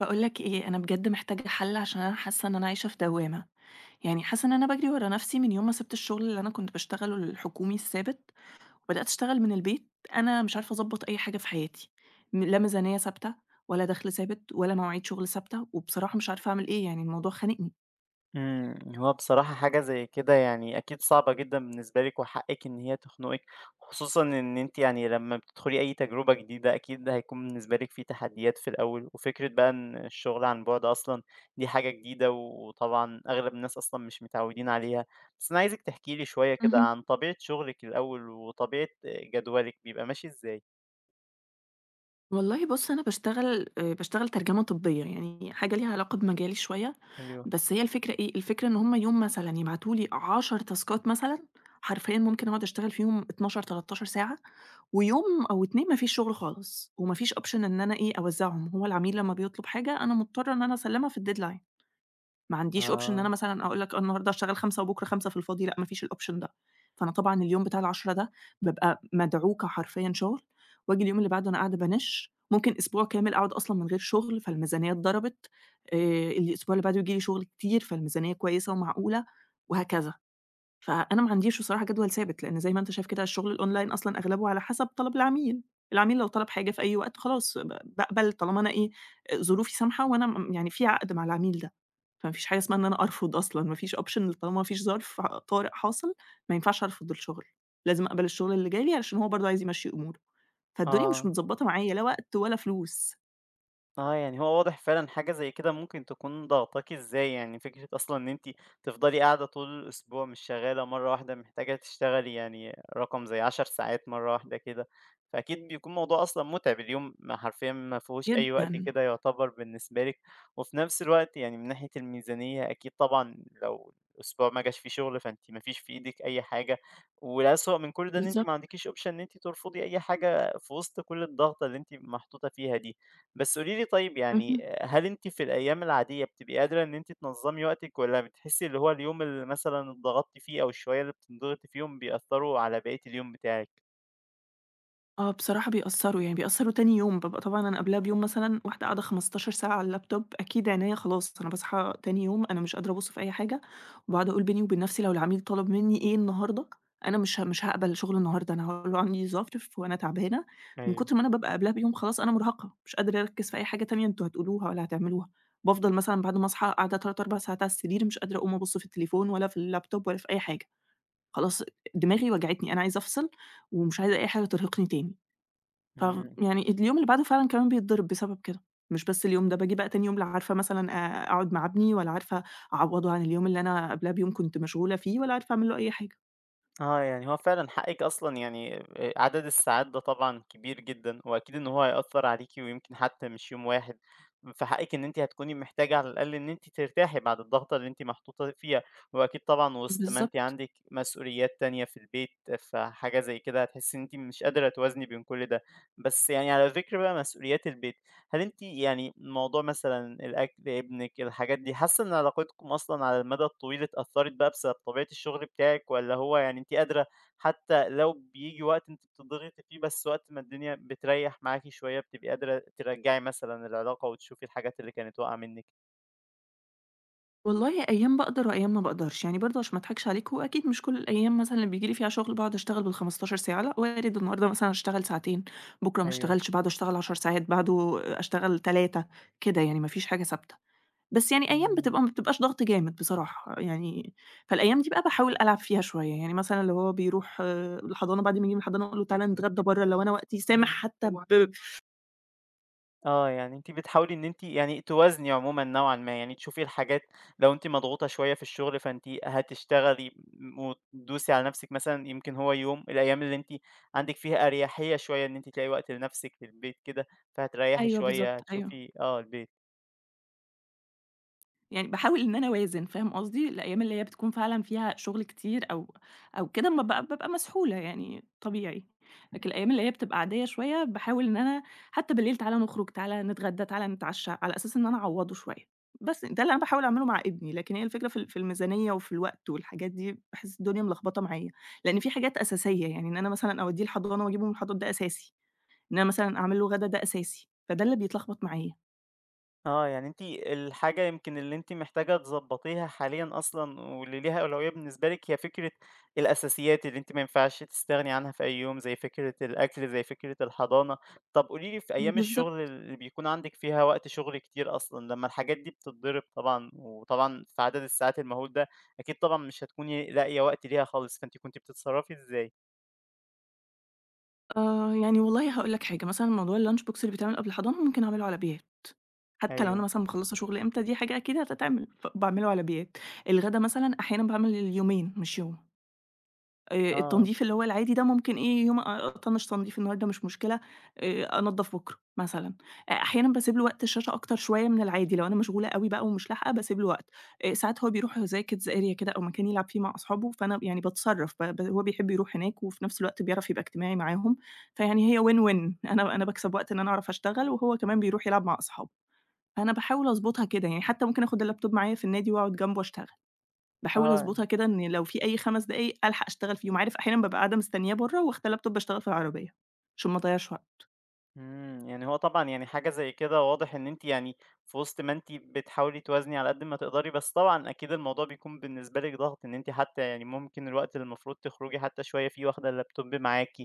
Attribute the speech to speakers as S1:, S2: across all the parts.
S1: باقول لك إيه، أنا بجد محتاجة حل عشان أنا حاسة إن أنا عايشة في دوّامة، يعني حاسة إن أنا باجري ورا نفسي من يوم ما سِبت الشغل اللي أنا كنت باشتغله الحكومي الثابت، وبدأت أشتغل من البيت، أنا مش عارفة أضبّط أي حاجة في حياتي، لا ميزانية ثابتة ولا دخل ثابت ولا مواعيد شغل ثابتة، وبصراحة مش عارفة أعمل إيه، يعني الموضوع خانقني.
S2: إمم، هو بصراحة حاجة زي كده يعني أكيد صعبة جدًا بالنسبة لِك، وحقِّك إن هي تخنقِك، خصوصًا إن أنتِ يعني لمّا بتدخلي أي تجربة جديدة أكيد ده هيكون بالنسبة لِك في تحديات في الأول، وفكرة بقى إن الشغل عن بُعد أصلًا دي حاجة جديدة، وطبعًا أغلب الناس أصلًا مش متعودين عليها. بس أنا عايزِك تحكي لي شوية كده
S1: اهم.
S2: عن طبيعة شغلِك الأول، وطبيعة جدولِك بيبقى ماشي إزاي؟
S1: والله بُص، أنا باشتغل ترجمة طبية، يعني حاجة ليها علاقة بمجالي شوية،
S2: أيوه،
S1: بس هي الفكرة إيه، الفكرة إن هم يوم مثلًا يبعتوا لي 10 تاسكات مثلًا، حرفيًا ممكن أقعد أشتغل فيهم 12، 13 ساعة، ويوم أو 2 ما فيش شغل خالص، وما فيش option إن أنا إيه أوزّعهم، هو العميل لمّا بيطلب حاجة أنا مضطرة إن أنا أسلّمها في الdeadline. ما عنديش option إن
S2: آه،
S1: أنا مثلًا أقول لك آه النهارده هاشتغل 5 وبُكرة 5 في الفاضي، لأ ما فيش الoption ده. فأنا طبعًا اليوم بتاع ال10 ده بابقى مدعوكة حرفيًا شغل، وآجي اليوم اللي بعده أنا قاعدة بانِش، ممكن أسبوع كامل أقعد أصلًا من غير شغل، فالميزانية اتضربت، آآ الأسبوع اللي بعده ييجي لي شغل كتير، فالميزانية كويسة ومعقولة وهكذا. فأنا ما عنديش بصراحة جدول ثابت، لإن زي ما أنت شايف كده الشغل الonline أصلًا أغلبه على حسب طلب العميل، العميل لو طلب حاجة في أي وقت خلاص باقبل طالما أنا إيه، ظروفي سامحة وأنا يعني في عقد مع العميل ده. فما فيش حاجة اسمها إن أنا أرفض أصلًا، ما فيش option طالما ما فيش ظرف طارئ حاصل، ما ينفعش أرفض الشغل، لازم أقبل الشغل اللي جالي علشان هو برضه عايز يمشّي أموره، فالدنيا مش
S2: آه.
S1: متضبّطة معايا لا وقت ولا فلوس،
S2: آه، يعني هو واضح فعلًا حاجة زي كده ممكن تكون ضاغطاكِ إزاي، يعني فكرة أصلًا إن أنتِ تفضلي قاعدة طول الأسبوع مش شغالة مرة واحدة محتاجة تشتغلي يعني رقم زي 10 ساعات مرة واحدة كده، فأكيد بيكون موضوع أصلًا مُتعب، اليوم ما حرفيًا ما فيهوش أي وقت
S1: جدًا،
S2: كده يعتبر بالنسبة لِك، وفي نفس الوقت يعني من ناحية الميزانية أكيد طبعًا لو الأسبوع ما جاش فيه شغل فأنتِ ما فيش في إيدِك أي حاجة، والأسوأ من كل ده إن أنتِ
S1: بالضبط،
S2: ما عندكيش option إن أنتِ ترفضي أي حاجة في وسط كل الضغطة اللي أنتِ محطوطة فيها دي. بس قولي لي طيب يعني
S1: اهم.
S2: هل أنتِ في الأيام العادية بتبقي قادرة إن أنتِ تنظّمي وقتِك والّا بتحسي اللي هو اليوم اللي مثلًا اتضغطتِ فيه أو الشوية اللي بتنضغطي فيهم بيأثّروا على بقية اليوم بتاعِك؟
S1: آه، بصراحة بيأثّروا، يعني بيأثّروا تاني يوم، بابقى طبعًا أنا قبلها بيوم مثلًا واحدة قاعدة 15 ساعة على اللابتوب، أكيد عينيّا خلاص أنا باصحى تاني يوم أنا مش قادرة أبُص في أي حاجة، وباقعد أقول بيني وبين نَفْسي لو العميل طلب منّي إيه النهارده، أنا مش هاقبل شغل النهارده، أنا هاقول له عندي ظرف وأنا تعبانة، من
S2: أيوه.
S1: كتر ما أنا بابقى قبلها بيوم خلاص أنا مُرهقة، مش قادرة أركّز في أي حاجة تانية أنتم هتقولوها ولا هتعملوها، بافضل مثلًا بعد ما أصحى قاعدة 3، 4 ساعات على السرير مش قادرة أقوم أبُص في التليفون ولا في اللابتوب ولا في أي حاجة، خلاص دماغي وجعتني، أنا عايزة أفصل ومش عايزة أي حاجة ترهقني تاني. ف
S2: إمم.
S1: يعني اليوم اللي بعده فعلًا كمان بيتضرب بسبب كده، مش بس اليوم ده، باجي بقى تاني يوم لا عارفة مثلًا أقعد مع ابني ولا عارفة أعوّضه عن اليوم اللي أنا قبلها بيوم كنت مشغولة فيه ولا عارفة أعمل له أي حاجة.
S2: آه، يعني هو فعلًا حقِّك أصلًا يعني عدد الساعات ده طبعًا كبير جدًا، وأكيد إن هو هيأثّر عليكِ ويمكن حتى مش يوم واحد، فحقِّك إن أنتِ هتكوني محتاجة على الأقل إن أنتِ ترتاحي بعد الضغطة اللي أنتِ محطوطة فيها، وأكيد طبعًا وسط ما أنتِ
S1: بالضبط.
S2: عندِك مسؤوليات تانية في البيت، فحاجة زي كده هتحسّي إن أنتِ مش قادرة توازني بين كل ده. بس يعني على ذكر بقى مسؤوليات البيت، هل أنتِ يعني موضوع مثلًا الأكل، ابنِك، الحاجات دي، حاسة إن علاقتكم أصلًا على المدى الطويل اتأثرت بقى بسبب طبيعة الشغل بتاعِك، والّا هو يعني أنتِ قادرة حتى لو بييجي وقت أنتِ بتضغطي فيه، بس وقت ما الدنيا بتريح معاكِ شوية بتبقي قادرة ترجعي مثلًا العلاقة وتشوفي الحاجات اللي كانت واقعة منِّك؟
S1: والله أيام باقدر وأيام ما باقدرش، يعني برضه عشان ما اضحكش عليك، هو أكيد مش كل الأيام مثلًا اللي بييجي لي فيها شغل باقعد أشتغل بال15 ساعة، لأ وارد النهارده مثلًا أشتغل ساعتين، بُكرة ما
S2: أيوه،
S1: اشتغلش، بعده أشتغل 10 ساعات، بعده أشتغل 3 كده يعني ما فيش حاجة ثابتة. بس يعني أيام
S2: إمم.
S1: بتبقى ما بتبقاش ضغط جامد بصراحة، يعني فالأيام دي بقى باحاول ألعب فيها شوية، يعني مثلًا لو هو بيروح الحضانة بعد ما ييجي من الحضانة أقول له تعالَ نتغدى برّه لو أنا وقتي سامح حتى وقتك.
S2: آه، يعني أنتِ بتحاولي إن أنتِ يعني توازني عمومًا نوعًا ما، يعني تشوفي الحاجات لو أنتِ مضغوطة شوية في الشغل فأنتِ هتشتغلي وتدوسي على نفسِك مثلًا يمكن هو يوم، الأيام اللي أنتِ عندِك فيها أريحية شوية إن أنتِ تلاقي وقت لنفسِك في البيت كده، فهتريحي
S1: أيوه
S2: شوية،
S1: بالضبط، أيوه.
S2: هتشوفي آه، البيت.
S1: يعني باحاول إن أنا أوازن، فاهم قصدي؟ الأيام اللي هي بتكون فعلًا فيها شغل كتير أو أو كده ما بابقى مسحولة يعني طبيعي، لكن الأيام اللي هي بتبقى عادية شوية باحاول إن أنا حتى بالليل تعالَ نخرج، تعالَ نتغدى، تعالَ نتعشى، على أساس إن أنا أعوّضه شوية، بس ده اللي أنا باحاول أعمله مع ابني، لكن هي الفكرة في في الميزانية وفي الوقت والحاجات دي، باحس الدنيا ملخبطة معايا، لإن في حاجات أساسية، يعني إن أنا مثلًا أودّيه الحضانة وأجيبه من الحضانة ده أساسي، إن أنا مثلًا أعمل له غدا ده أساسي، فده اللي بيتلخبط معايا.
S2: آه، يعني أنتِ الحاجة يمكن اللي أنتِ محتاجة تضبّطيها حاليًا أصلًا واللي ليها أولوية بالنسبة لِك هي فكرة الأساسيات اللي أنتِ ما ينفعش تستغني عنها في أي يوم، زي فكرة الأكل، زي فكرة الحضانة. طَب قولي لي في أيام الشغل
S1: بالضبط.
S2: اللي بيكون عندِك فيها وقت شغل كتير أصلًا، لمّا الحاجات دي بتتضرب طبعًا وطبعًا في عدد الساعات المهول ده، أكيد طبعًا مش هتكوني لاقية وقت ليها خالص، فأنتِ كنتِ بتتصرّفي إزاي؟
S1: آه، يعني والله هاقول لك حاجة، مثلًا موضوع الlunch box اللي بيتعمل قبل الحضانة ممكن أعمله على بيات، حتى لو
S2: أيوه،
S1: أنا مثلًا مخلّصة شغل إمتى دي حاجة أكيد هتتعمل، فباعمله على بيات. الغدا مثلًا أحيانًا باعمل اليومين مش يوم.
S2: آه،
S1: التنضيف اللي هو العادي ده ممكن إيه يوم أطنّش تنضيف النهارده مش مشكلة، أنضّف بُكرة مثلًا. أحيانًا باسيب له وقت الشاشة أكتر شوية من العادي، لو أنا مشغولة أوي بقى ومش لاحقة باسيب له وقت. ساعات هو بيروح زي kids area كده أو مكان يلعب فيه مع أصحابه، فأنا يعني باتصرّف، ب ب هو بيحب يروح هناك وفي نفس الوقت بيعرف يبقى اجتماعي معاهم، فيعني هي win win أنا باكسب وقت إن أنا أعرف أشتغل وهو كمان بيروح يلعب مع أصحابه، فأنا باحاول أضبطها كده يعني، حتى ممكن آخُد اللاب توب معايا في النادي وأقعد جنبه أشتغل. باحاول
S2: آه.
S1: أضبطها كده إن لو في أي 5 دقايق ألحق أشتغل فيهم، عارف أحيانًا بابقى قاعدة مستنياه برّه واخدة لاب توب أشتغل في العربية، عشان ما أضيّعش وقت.
S2: إمم، يعني هو طبعًا يعني حاجة زي كده واضح إن أنتِ يعني في وسط ما أنتِ بتحاولي توازني على قد ما تقدري، بس طبعًا أكيد الموضوع بيكون بالنسبة لِك ضغط إن أنتِ حتى يعني ممكن الوقت اللي المفروض تخرجي حتى شوية فيه واخدة اللابتوب معاكِ،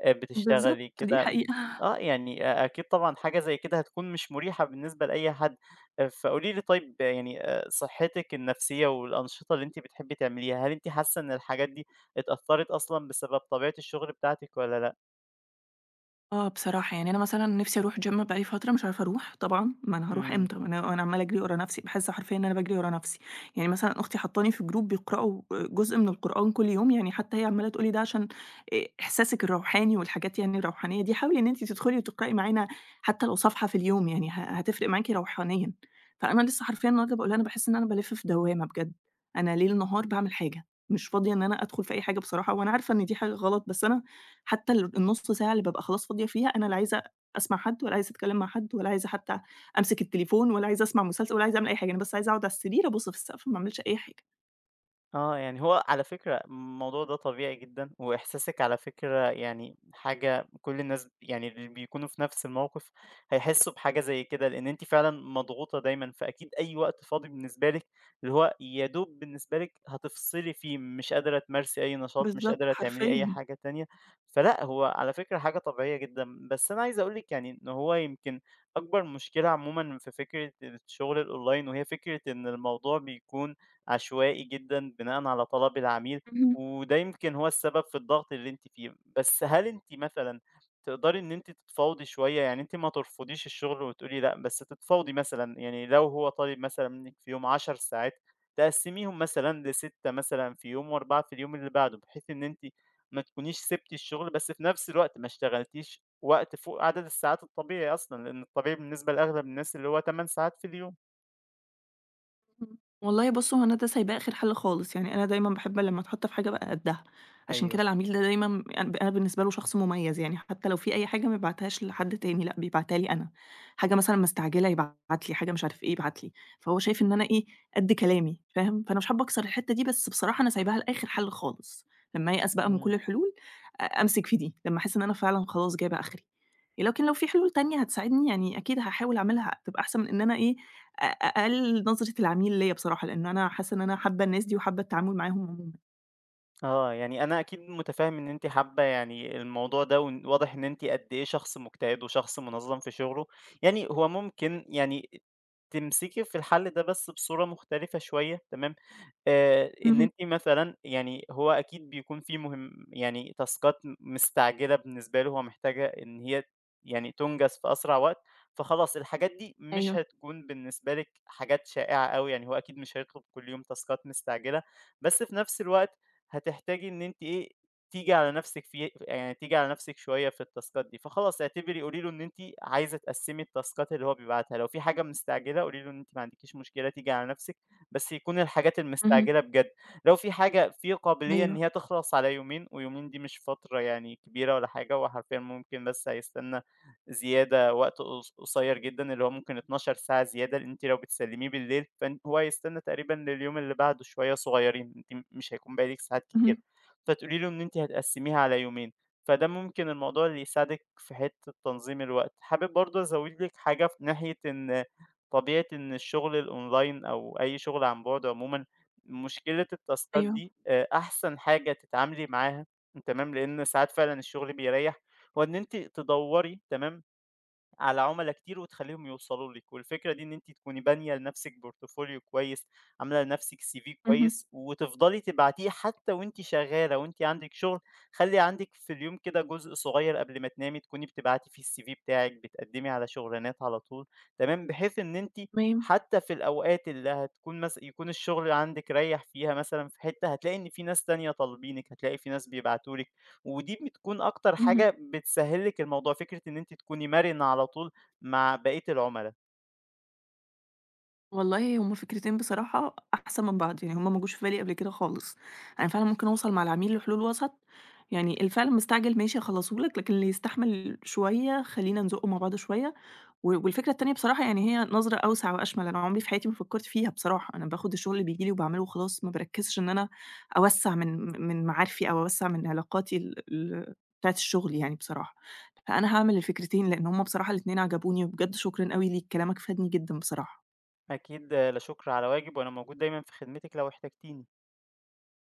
S1: بالضبط،
S2: بتشتغلي
S1: دي
S2: كده
S1: حقيقة.
S2: آه، يعني أكيد طبعًا حاجة زي كده هتكون مش مريحة بالنسبة لأي حد. فقولي لي طيب يعني صحتِك النفسية والأنشطة اللي أنتِ بتحبي تعمليها، هل أنتِ حاسة إن الحاجات دي اتأثرت أصلًا بسبب طبيعة الشغل بتاعتِك والّا لأ؟
S1: آه، بصراحة يعني أنا مثلًا نِفْسي أروح gym بقى لي فترة مش عارفة أروح طبعًا، ما أنا هاروح
S2: إمم.
S1: إمتى؟ ما أنا أنا عمّالة أجري ورا نَفْسي، باحس حرفيًا إن أنا باجري ورا نَفْسي، يعني مثلًا أختي حاطّاني في group بيقرأوا جزء من القرآن كل يوم، يعني حتى هي عمّالة تقول لي ده عشان إحساسِك الروحاني والحاجات يعني الروحانية دي، حاولي إن أنتِ تدخلي وتقرأي معانا حتى لو صفحة في اليوم، يعني هتفرق معاكِ روحانيًا. فأنا لسه حرفيًا النهارده باقول لها أنا باحس إن أنا بالِف في دوّامة بجد، أنا ليل نهار باعمل حاجة، مش فاضية إن أنا أدخل في أي حاجة بصراحة، وأنا عارفة إن دي حاجة غلط، بس أنا حتى ال النُص ساعة اللي بابقى خلاص فاضية فيها، أنا لا عايزة أسمع حد ولا عايزة أتكلم مع حد ولا عايزة حتى أمسك التليفون ولا عايزة أسمع مسلسل ولا عايزة أعمل أي حاجة، أنا بس عايزة أقعد على السرير أبُص في السقف ما أعملش أي حاجة.
S2: آه، يعني هو على فكرة الموضوع ده طبيعي جدًا، وإحساسِك على فكرة يعني حاجة كل الناس يعني اللي بيكونوا في نفس الموقف هيحسّوا بحاجة زي كده، لإن أنتِ فعلًا مضغوطة دايمًا، فأكيد أي وقت فاضي بالنسبة لِك اللي هو يا دوب بالنسبة لِك هتفصلي فيه، مش قادرة تمارسي أي نشاط، مش
S1: بالضبط،
S2: قادرة تعملي أي
S1: حرفيًا.
S2: حاجة تانية، فلأ هو على فكرة حاجة طبيعية جدًا. بس أنا عايز أقول لِك يعني إن هو يمكن أكبر مشكلة عمومًا في فكرة الشغل الأونلاين، وهي فكرة إن الموضوع بيكون عشوائي جدًا بناءً على طلب العميل،
S1: اهم.
S2: وده يمكن هو السبب في الضغط اللي أنتِ فيه. بس هل أنتِ مثلًا تقدري إن أنتِ تتفاوضي شوية؟ يعني أنتِ ما ترفضيش الشغل وتقولي لأ، بس تتفاوضي مثلًا، يعني لو هو طالب مثلًا منِّك في يوم 10 ساعات، تقسّميهم مثلًا ل6 مثلًا في يوم و4 في اليوم اللي بعده، بحيث إن أنتِ ما تكونيش سِبتِ الشغل، بس في نفس الوقت ما اشتغلتيش وقت فوق عدد الساعات الطبيعي أصلًا، لإن الطبيعي بالنسبة لأغلب الناس اللي هو 8 ساعات في اليوم.
S1: إمم. والله بُص، هو أنا ده سايباه آخر حل خالص، يعني أنا دايمًا باحب لمّا أتحط في حاجة أبقى قدّها، عشان
S2: أيوه.
S1: كده العميل ده دايمًا أن أنا بالنسبة له شخص مميز، يعني حتى لو في أي حاجة ما يبعتهاش لحد تاني، لأ بيبعتها لي أنا، حاجة مثلًا مستعجلة يبعت لي، حاجة مش عارف إيه يبعت لي، فهو شايف إن أنا إيه، قد كلامي، فاهم؟ فأنا مش حابة أكسر الحتة دي، بس بصراحة أنا سايباها لآخر حل خالص، لمّا أيأس بقى من
S2: اهم.
S1: كل الحلول أمسك في دي، لمّا أحس إن أنا فعلًا خلاص جايبة آخري، لكن لو في حلول تانية هتساعدني يعني أكيد هاحاول أعملها، تبقى أحسن من إن أنا إيه، أقل نظرة العميل ليّا بصراحة، لإن أنا حاسة إن أنا حابة الناس دي وحابة التعامل معاهم عمومًا.
S2: آه، يعني أنا أكيد متفهم إن أنتِ حابة يعني الموضوع ده، وإن واضح إن أنتِ قد إيه شخص مجتهد وشخص منظم في شغله، يعني هو ممكن يعني تمسكي في الحل ده بس بصورة مختلفة شوية تمام، إن
S1: اهم،
S2: أنتِ مثلًا يعني هو أكيد بيكون في مهم يعني تاسكات مستعجلة بالنسبة له، هو محتاجة إن هي يعني تُنجز في أسرع وقت، فخلاص الحاجات دي مش
S1: أيوه،
S2: هتكون بالنسبة لِك حاجات شائعة أوي، يعني هو أكيد مش هيطلب كل يوم تاسكات مستعجلة، بس في نفس الوقت هتحتاجي إن أنتِ إيه، تيجي على نفسِك في يعني تيجي على نفسِك شوية في التاسكات دي، فخلاص اعتبري قولي له إن أنتِ عايزة تقسّمي التاسكات اللي هو بيبعتها، لو في حاجة مستعجلة قولي له إن أنتِ ما عندكيش مشكلة تيجي على نفسِك، بس يكون الحاجات
S1: اهم،
S2: المستعجلة بجد، لو في حاجة في قابلية إن
S1: أيوه،
S2: هي تخلص على يومين، ويومين دي مش فترة يعني كبيرة ولا حاجة، هو حرفيًا ممكن بس هيستنى زيادة، وقت قصيّر جدًا اللي هو ممكن 12 ساعة زيادة، لإن أنتِ لو بتسلّميه بالليل فن هو هيستنى تقريبًا لليوم اللي بعده شوية صغيّرين، أنتِ مش هيكون بقى لِك ساعات كتيرة،
S1: اهم،
S2: فتقولي له إن أنتِ هتقسّميها على يومين، فده ممكن الموضوع اللي يساعدِك في حتّة تنظيم الوقت. حابب برضه أزوّد لِك حاجة في ناحية إن طبيعة إن الشغل الOnline أو أي شغل عن بُعد عمومًا، مشكلة التاسكات
S1: أيوه،
S2: دي أحسن حاجة تتعاملي معاها تمام، لإن ساعات فعلًا الشغل بيريّح، هو إن أنتِ تدوّري تمام على عُملا كتير وتخلّيهم يوصلوا لِك، والفكرة دي إن أنتِ تكوني بانية لنفسِك portfolio كويس، عاملة لنفسِك CV
S1: اهم،
S2: كويس، وتفضلي تبعتيه حتى وأنتِ شغالة وأنتِ عندِك شغل، خلّي عندِك في اليوم كده جزء صغير قبل ما تنامي تكوني بتبعتي فيه الCV بتاعِك، بتقدّمي على شغلانات على طول، تمام، بحيث إن أنتِ
S1: تمام،
S2: حتى في الأوقات اللي هتكون يكون الشغل عندِك ريّح فيها مثلًا في حتة، هتلاقي إن في ناس تانية طالبينِك، هتلاقي في ناس بيبعتوا لِك. ودي بتكون أكتر
S1: اهم.
S2: حاجة بتسهّل لِك الموضوع، فكرة إن أنتِ تكوني مرنة على طول مع بقية العُملا.
S1: والله هُم فكرتين بصراحة أحسن من بعض، يعني هُم ما جوش في بالي قبل كده خالص. أنا فعلًا ممكن أوصل مع العميل لحلول وسط، يعني اللي فعلًا مستعجل ماشي هاخلّصه لك، لكن اللي يستحمل شوية خلّينا نزقه مع بعض شوية. والفكرة التانية بصراحة يعني هي نظرة أوسع وأشمل، أنا عمري في حياتي ما فكّرت فيها بصراحة، أنا باخد الشغل اللي بييجي لي وباعمله وخلاص، ما باركّزش إن أنا أوسّع من معارفي أو أوسّع من علاقاتي ال ال بتاعة الشغل يعني بصراحة، فأنا هاعمل الفكرتين لإن هُم بصراحة الاتنين عجبوني، وبجد شكرًا أوي ليك، كلامك فادني جدًا بصراحة.
S2: أكيد لا شُكر على واجب، وأنا موجود دايمًا في خدمتِك لو احتجتيني.